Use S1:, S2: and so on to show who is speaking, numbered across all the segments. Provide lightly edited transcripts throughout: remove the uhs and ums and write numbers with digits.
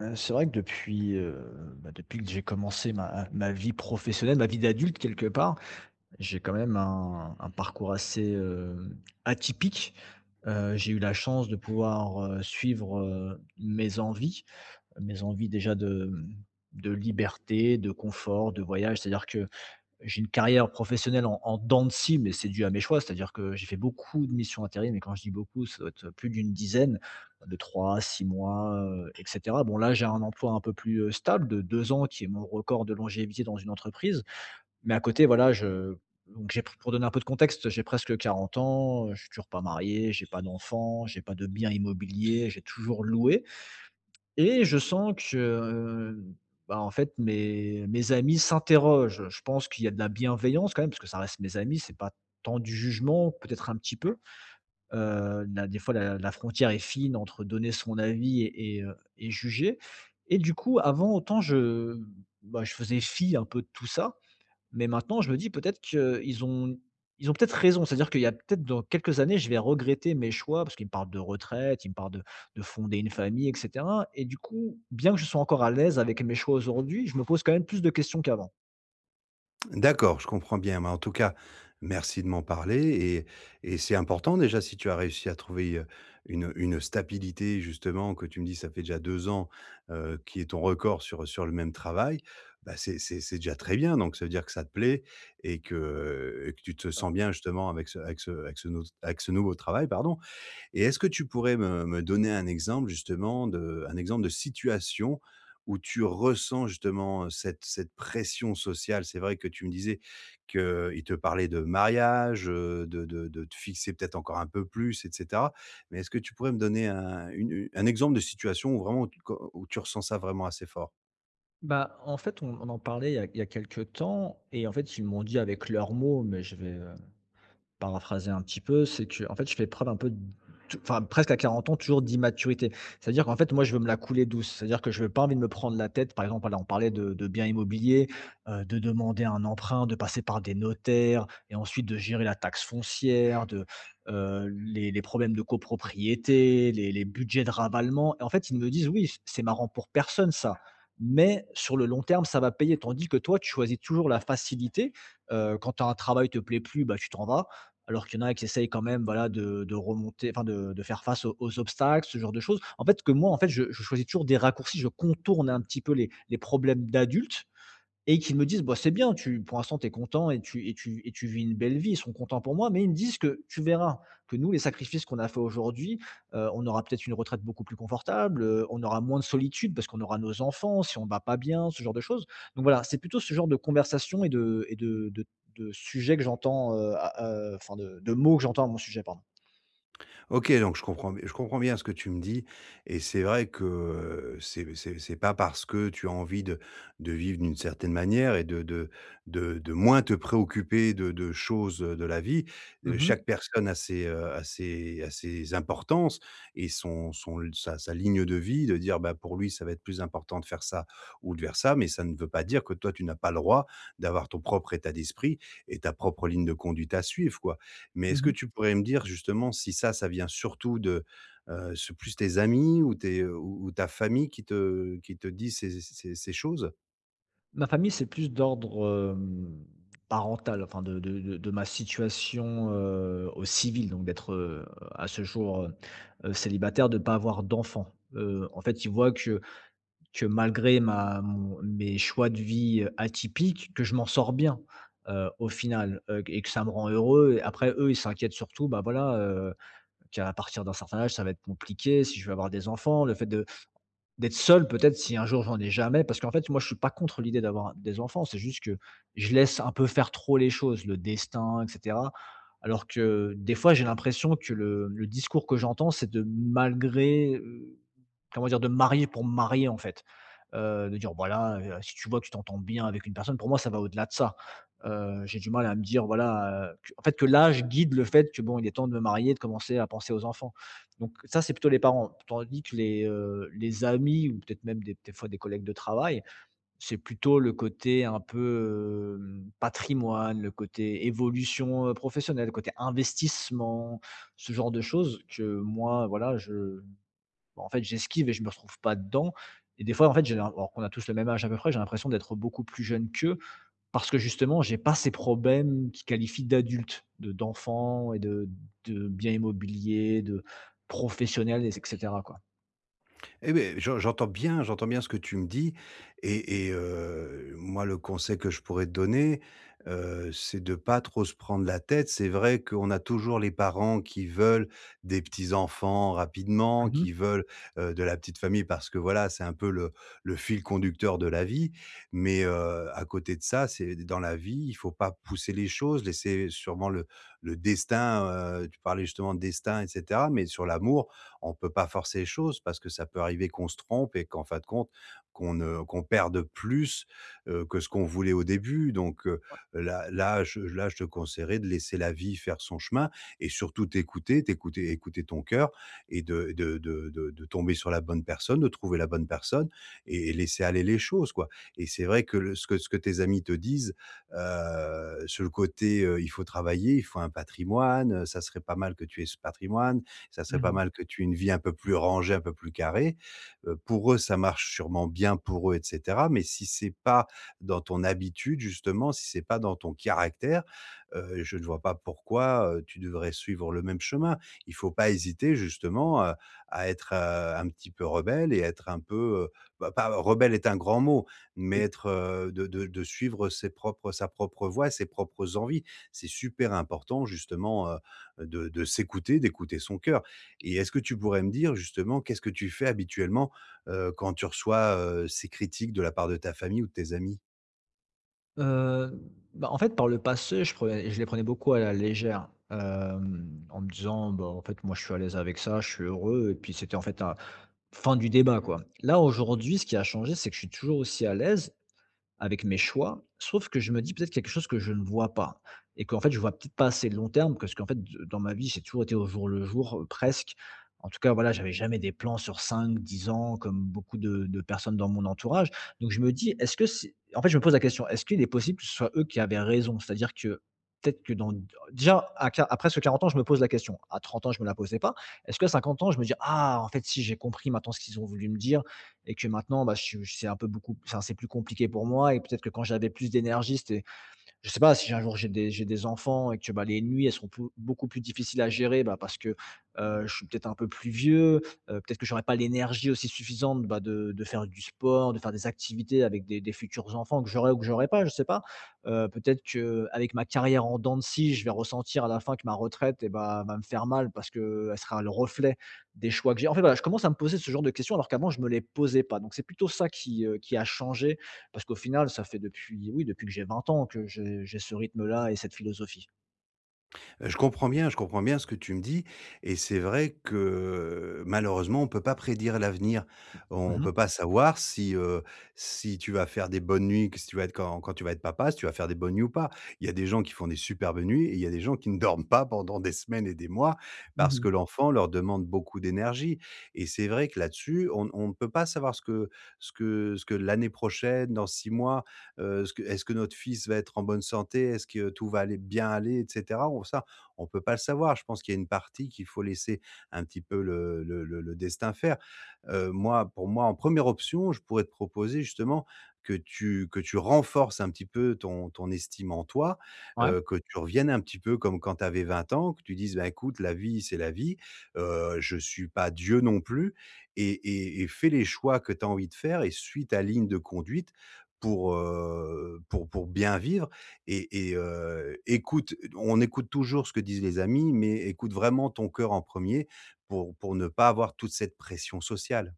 S1: C'est vrai que depuis, bah, depuis que j'ai commencé ma vie professionnelle, ma vie d'adulte quelque part, j'ai quand même un parcours assez, atypique. J'ai eu la chance de pouvoir, suivre, mes envies déjà de, de liberté, de confort, de voyage. C'est-à-dire que j'ai une carrière professionnelle en dents de scie, mais c'est dû à mes choix. C'est-à-dire que j'ai fait beaucoup de missions intérim et quand je dis beaucoup, ça doit être plus d'une dizaine, de 3 à 6 mois, et cetera. Bon là, j'ai un emploi un peu plus, stable de 2 ans qui est mon record de longévité dans une entreprise. Mais à côté, voilà, je donc j'ai, pour donner un peu de contexte, j'ai presque 40 ans, je suis toujours pas marié, j'ai pas d'enfant, j'ai pas de bien immobilier, j'ai toujours loué et je sens que, bah, en fait, mes amis s'interrogent. Je pense qu'il y a de la bienveillance quand même, parce que ça reste mes amis, c'est pas tant du jugement, peut-être un petit peu. Là, des fois, la frontière est fine entre donner son avis et juger. Et du coup, avant, autant bah, je faisais fi un peu de tout ça. Mais maintenant, je me dis peut-être qu'ils ont peut-être raison. C'est-à-dire qu'il y a peut-être dans quelques années, je vais regretter mes choix parce qu'ils me parlent de retraite, ils me parlent de fonder une famille et cetera et du coup, bien que je sois encore à l'aise avec mes choix aujourd'hui, je me pose quand même plus de questions qu'avant.
S2: D'accord, je comprends bien. Mais en tout cas, merci de m'en parler et c'est important déjà si tu as réussi à trouver, une stabilité justement que tu me dis ça fait déjà 2 ans, qui est ton record sur, sur le même travail. C'est déjà très bien, donc ça veut dire que ça te plaît et que, et que tu te
S1: Voilà.
S2: sens bien justement avec ce nouveau travail, pardon. Et est-ce que tu pourrais me donner un exemple justement de un exemple de situation où tu ressens justement cette pression sociale? C'est vrai que tu me disais qu'ils te parlaient de mariage, de te fixer peut-être encore un peu plus, et cetera. Mais est-ce que tu pourrais me donner un exemple de situation où vraiment tu où tu ressens ça vraiment assez fort?
S1: Bah, en fait, on en parlait il y a quelque temps et en fait, ils m'ont dit avec leurs mots, mais je vais paraphraser un petit peu, c'est que en fait, je fais preuve un peu d enfin, presque à 40 ans, toujours d'immaturité. C'est-à-dire qu'en fait, moi, je veux me la couler douce. C'est-à-dire que je veux pas envie de me prendre la tête. Par exemple, là on parlait de biens immobiliers, de demander un emprunt, de passer par des notaires et ensuite de gérer la taxe foncière, de, les problèmes de copropriété, les budgets de ravalement et en fait, ils me disent: «Oui, c'est marrant pour personne ça, mais sur le long terme, ça va payer.» Tandis que toi, tu choisis toujours la facilité, quand tu un travail te plaît plus, bah, tu t'en vas. Alors qu'il y en a qui essayent quand même, voilà, de remonter, enfin de faire face aux obstacles, ce genre de choses. En fait, que moi, en fait, je choisis toujours des raccourcis, je contourne un petit peu les problèmes d'adultes, et qu'ils me disent: «Bah, c'est bien, tu pour l'instant, tu es content et tu vis une belle vie.» Ils sont contents pour moi, mais ils me disent que: «Tu verras que nous, les sacrifices qu'on a fait aujourd'hui, on aura peut-être une retraite beaucoup plus confortable, on aura moins de solitude parce qu'on aura nos enfants, si on ne va pas bien», ce genre de choses. Donc voilà, c'est plutôt ce genre de conversation et de sujets que j'entends, enfin de mots que j'entends à mon sujet, pardon.
S2: OK, donc je comprends bien ce que tu me dis, et c'est vrai que, c'est pas parce que tu as envie de vivre d'une certaine manière et de moins te préoccuper de choses, de la vie.
S1: Mmh mh.
S2: Chaque personne a ses, a ses a ses importances et son son sa sa ligne de vie, de dire: bah, pour lui, ça va être plus important de faire ça ou de faire ça, mais ça ne veut pas dire que toi, tu n'as pas le droit d'avoir ton propre état d'esprit et ta propre ligne de conduite à suivre, quoi. Mais est-ce que
S1: Mmh.
S2: tu pourrais me dire justement si ça, ça vient surtout de, c'est plus tes amis ou ou ta famille qui te dit ces choses?
S1: Ma famille, c'est plus d'ordre, parental, enfin de ma situation, au civil, donc d'être, à ce jour, célibataire, de ne pas avoir d'enfant. En fait, ils voient que malgré ma mon mes choix de vie, atypiques, que je m'en sors bien, au final, et que ça me rend heureux et après eux, ils s'inquiètent surtout, bah, voilà, qu'à partir d'un certain âge, ça va être compliqué si je veux avoir des enfants, le fait de D'être seul peut-être si un jour j'en ai jamais, parce qu'en fait, moi, je suis pas contre l'idée d'avoir des enfants, c'est juste que je laisse un peu faire trop les choses, le destin et cetera. Alors que des fois, j'ai l'impression que le discours que j'entends, c'est de malgré, comment dire? De me marier pour me marier, en fait. De dire: «Voilà, si tu vois que tu t'entends bien avec une personne», pour moi, ça va au-delà de ça. J'ai du mal à me dire, voilà, q en fait, que l'âge guide le fait que, bon, il est temps de me marier, de commencer à penser aux enfants. Donc ça, c'est plutôt les parents. Tandis que les amis ou peut-être même des fois des collègues de travail, c'est plutôt le côté un peu, patrimoine, le côté évolution, professionnelle, le côté investissement, ce genre de choses que moi, voilà, je bah, en fait, j'esquive et je me retrouve pas dedans et des fois, en fait, j'ai l'im alors qu'on a tous le même âge à peu près, j'ai l'impression d'être beaucoup plus jeune qu'eux parce que justement, j'ai pas ces problèmes qui qualifient d'adulte, de d'enfant et de bien immobilier, de professionnels et c quoi.
S2: Eh beh, j'entends bien ce que tu me dis, et moi, le conseil que je pourrais te donner, c'est de pas trop se prendre la tête. C'est vrai qu'on a toujours les parents qui veulent des petits-enfants rapidement,
S1: Mmh
S2: qui
S1: mh.
S2: veulent, heu, de la petite famille parce que, voilà, c'est un peu le fil conducteur de la vie. Mais, à côté de ça, c'est dans la vie, il faut pas pousser les choses, laisser sûrement le destin, tu parlais justement de destin, et cetera, mais sur l'amour on peut pas forcer les choses parce que ça peut arriver qu'on se trompe et qu'en fin de compte, qu'on perde plus, que ce qu'on voulait au début. Donc, là là je te conseillerais de laisser la vie faire son chemin et surtout t'écouter, écouter ton cœur, et de tomber sur la bonne personne, de trouver la bonne personne et laisser aller les choses, quoi. Et c'est vrai que le ce que tes amis te disent, sur le côté, il faut travailler, il faut un patrimoine, ça serait pas mal que tu aies ce patrimoine, ça serait pas
S1: Mmh.
S2: mal que tu aies une vie un peu plus rangée, un peu plus carrée. Pour eux, ça marche sûrement bien pour eux, et cetera, mais si c'est pas dans ton habitude justement, si c'est pas dans ton caractère, je ne vois pas pourquoi, tu devrais suivre le même chemin. Il faut pas hésiter justement, à être un petit peu rebelle et être un peu, bah, pas rebelle est un grand mot, mais être, de suivre ses propres sa propre voie, ses propres envies. C'est super important justement, de s'écouter, d'écouter son cœur. Et est-ce que tu pourrais me dire justement qu'est-ce que tu fais habituellement, quand tu reçois, ces critiques de la part de ta famille ou de tes amis?
S1: Heu, Bah, en fait, par le passé, je les prenais beaucoup à la légère, en me disant: «Bah, en fait, moi, je suis à l'aise avec ça, je suis heureux», et puis c'était, en fait, un fin du débat, quoi. Là, aujourd'hui, ce qui a changé, c'est que je suis toujours aussi à l'aise avec mes choix, sauf que je me dis peut-être quelque chose que je ne vois pas et qu'en fait, je vois peut-être pas assez long terme parce qu'en fait, d dans ma vie, j'ai toujours été au jour le jour, presque. En tout cas, voilà, j'avais jamais des plans sur 5, 10 ans comme beaucoup de personnes dans mon entourage. Donc je me dis: «Est-ce que c'est», en fait, je me pose la question: «Est-ce qu'il est possible que ce soit eux qui avaient raison ?», c'est-à-dire que peut-être que dans déjà à presque 40 ans, je me pose la question. À 30 ans, je me la posais pas. Est-ce que à 50 ans, je me dis: «Ah, en fait, si, j'ai compris maintenant ce qu'ils ont voulu me dire», et que maintenant, bah, je suis c'est un peu beaucoup, enfin, c'est plus compliqué pour moi et peut-être que quand j'avais plus d'énergie, c'était, je sais pas, si un jour j'ai des enfants et que, bah, les nuits, elles seront pou beaucoup plus difficiles à gérer, bah, parce que, je suis peut-être un peu plus vieux, peut-être que j'aurais pas l'énergie aussi suffisante, bah, de faire du sport, de faire des activités avec des futurs enfants que j'aurai ou que j'aurai pas, je sais pas. Peut-être que avec ma carrière en dents de scie, je vais ressentir à la fin que ma retraite et bah, va me faire mal parce que elle sera le reflet des choix que j'ai. En fait, voilà, je commence à me poser ce genre de questions alors qu'avant je me les posais pas. Donc c'est plutôt ça qui a changé parce qu'au final, ça fait depuis oui, depuis que j'ai 20 ans que j'ai ce rythme-là et cette philosophie.
S2: Je comprends bien ce que tu me dis, et c'est vrai que malheureusement, on ne peut pas prédire l'avenir. On
S1: Mmh
S2: ne
S1: mh.
S2: peut pas savoir si, si tu vas faire des bonnes nuits, que si tu vas être quand tu vas être papa, si tu vas faire des bonnes nuits ou pas. Il y a des gens qui font des superbes nuits et il y a des gens qui ne dorment pas pendant des semaines et des mois parce que
S1: Mmh.
S2: l'enfant leur demande beaucoup d'énergie, et c'est vrai que là-dessus, on ne peut pas savoir ce que l'année prochaine, dans 6 mois, ce que est-ce que notre fils va être en bonne santé? Est-ce que tout va aller bien aller, et cetera? On peut pas le savoir. Je pense qu'il y a une partie qu'il faut laisser un petit peu le destin faire. Pour moi, en première option, je pourrais te proposer justement que tu renforces un petit peu ton estime en toi,
S1: Ouais.
S2: que tu reviennes un petit peu comme quand tu avais 20 ans, que tu dises: ben écoute, la vie, c'est la vie, je suis pas Dieu non plus, et fais les choix que tu as envie de faire et suis ta ligne de conduite pour, pour bien vivre, et écoute, on écoute toujours ce que disent les amis, mais écoute vraiment ton cœur en premier pour ne pas avoir toute cette pression sociale.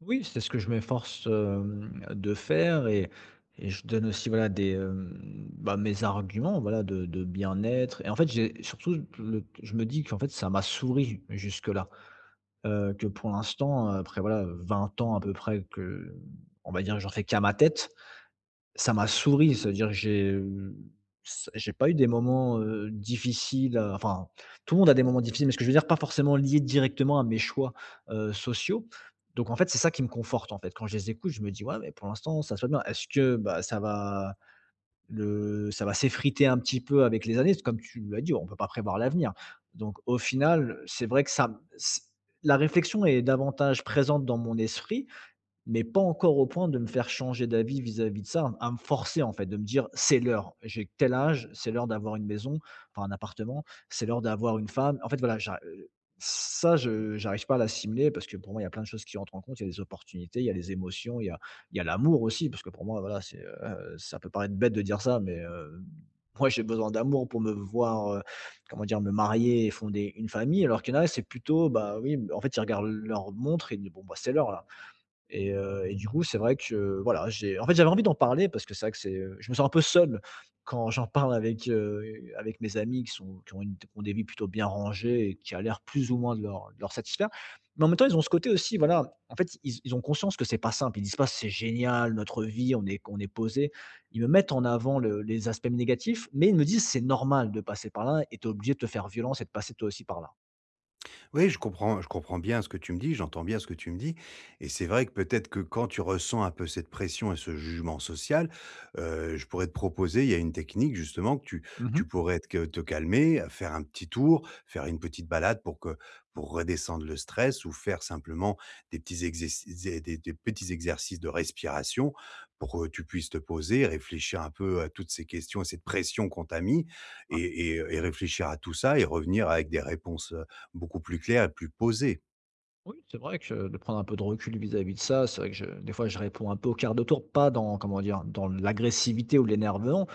S1: Oui, c'est ce que je m'efforce, de faire et je donne aussi, voilà, des, bah, mes arguments, voilà, de bien-être et en fait, j'ai surtout le je me dis qu'en fait, ça m'a souri jusque-là. Que pour l'instant, après, voilà, 20 ans à peu près que, on va dire, que j'en fais qu'à ma tête. Ça m'a souri, cest à dire que j'ai pas eu des moments, difficiles, enfin, tout le monde a des moments difficiles, mais ce que je veux dire, pas forcément liés directement à mes choix, sociaux. Donc en fait, c'est ça qui me conforte, en fait. Quand je les écoute, je me dis: «Ouais, mais pour l'instant, ça se passe bien.» Est-ce que, bah, ça va s'effriter un petit peu avec les années? Comme tu l'as dit, on peut pas prévoir l'avenir. Donc au final, c'est vrai que ça m la réflexion est davantage présente dans mon esprit, mais pas encore au point de me faire changer d'avis vis-à-vis de ça, à me forcer en fait, de me dire: «C'est l'heure, j'ai tel âge, c'est l'heure d'avoir une maison, enfin un appartement, c'est l'heure d'avoir une femme.» En fait voilà, j'arri ça je j'arrive pas à l'assimiler parce que pour moi, il y a plein de choses qui rentrent en compte. Il y a des opportunités, il y a les émotions, il y a l'amour aussi parce que pour moi voilà, c'est, ça peut paraître bête de dire ça, mais, moi j'ai besoin d'amour pour me voir, comment dire? Me marier et fonder une famille alors qu'il y en a, c'est plutôt, bah oui, en fait, ils regardent leur montre et ils disent: «Bon bah, c'est l'heure là.» Et du coup, c'est vrai que voilà, j'ai en fait, j'avais envie d'en parler parce que c'est vrai que c'est, je me sens un peu seul quand j'en parle avec, avec mes amis qui sont qui ont une qui ont des vies plutôt bien rangées et qui a l'air plus ou moins de leur satisfaire. Mais en même temps, ils ont ce côté aussi, voilà, en fait, ils ont conscience que c'est pas simple. Ils disent pas: «C'est génial notre vie, on est posé.» Ils me mettent en avant le les aspects négatifs, mais ils me disent: «C'est normal de passer par là et tu obligé de te faire violence et de passer toi aussi par là.»
S2: Oui, je comprends bien ce que tu me dis, j'entends bien ce que tu me dis, et c'est vrai que peut-être que quand tu ressens un peu cette pression et ce jugement social, je pourrais te proposer, il y a une technique justement que tu tu
S1: Mmh.
S2: pourrais te calmer, faire un petit tour, faire une petite balade pour que pour redescendre le stress, ou faire simplement des petits exercices de respiration pour que tu puisses te poser, réfléchir un peu à toutes ces questions et cette pression qu'on t'a mis, et réfléchir à tout ça et revenir avec des réponses beaucoup plus clair et plus posé.
S1: Oui, c'est vrai que de prendre un peu de recul vis-à-vis de ça, c'est vrai que je des fois, je réponds un peu au quart de tour, pas dans, comment dire, dans l'agressivité ou l'énervement,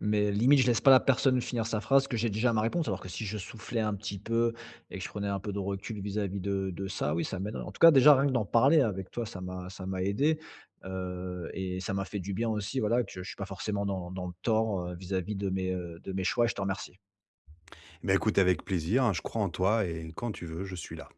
S1: mais limite, je laisse pas la personne finir sa phrase, que j'ai déjà ma réponse. Alors que si je soufflais un petit peu et que je prenais un peu de recul vis-à-vis de ça, oui, ça m'aide. En tout cas, déjà, rien que d'en parler avec toi, ça m'a aidé, et ça m'a fait du bien aussi, voilà, que je suis pas forcément dans le tort, vis-à-vis de mes choix et je te remercie.
S2: Mais écoute, avec plaisir, hein, je crois en toi et quand tu veux, je suis là.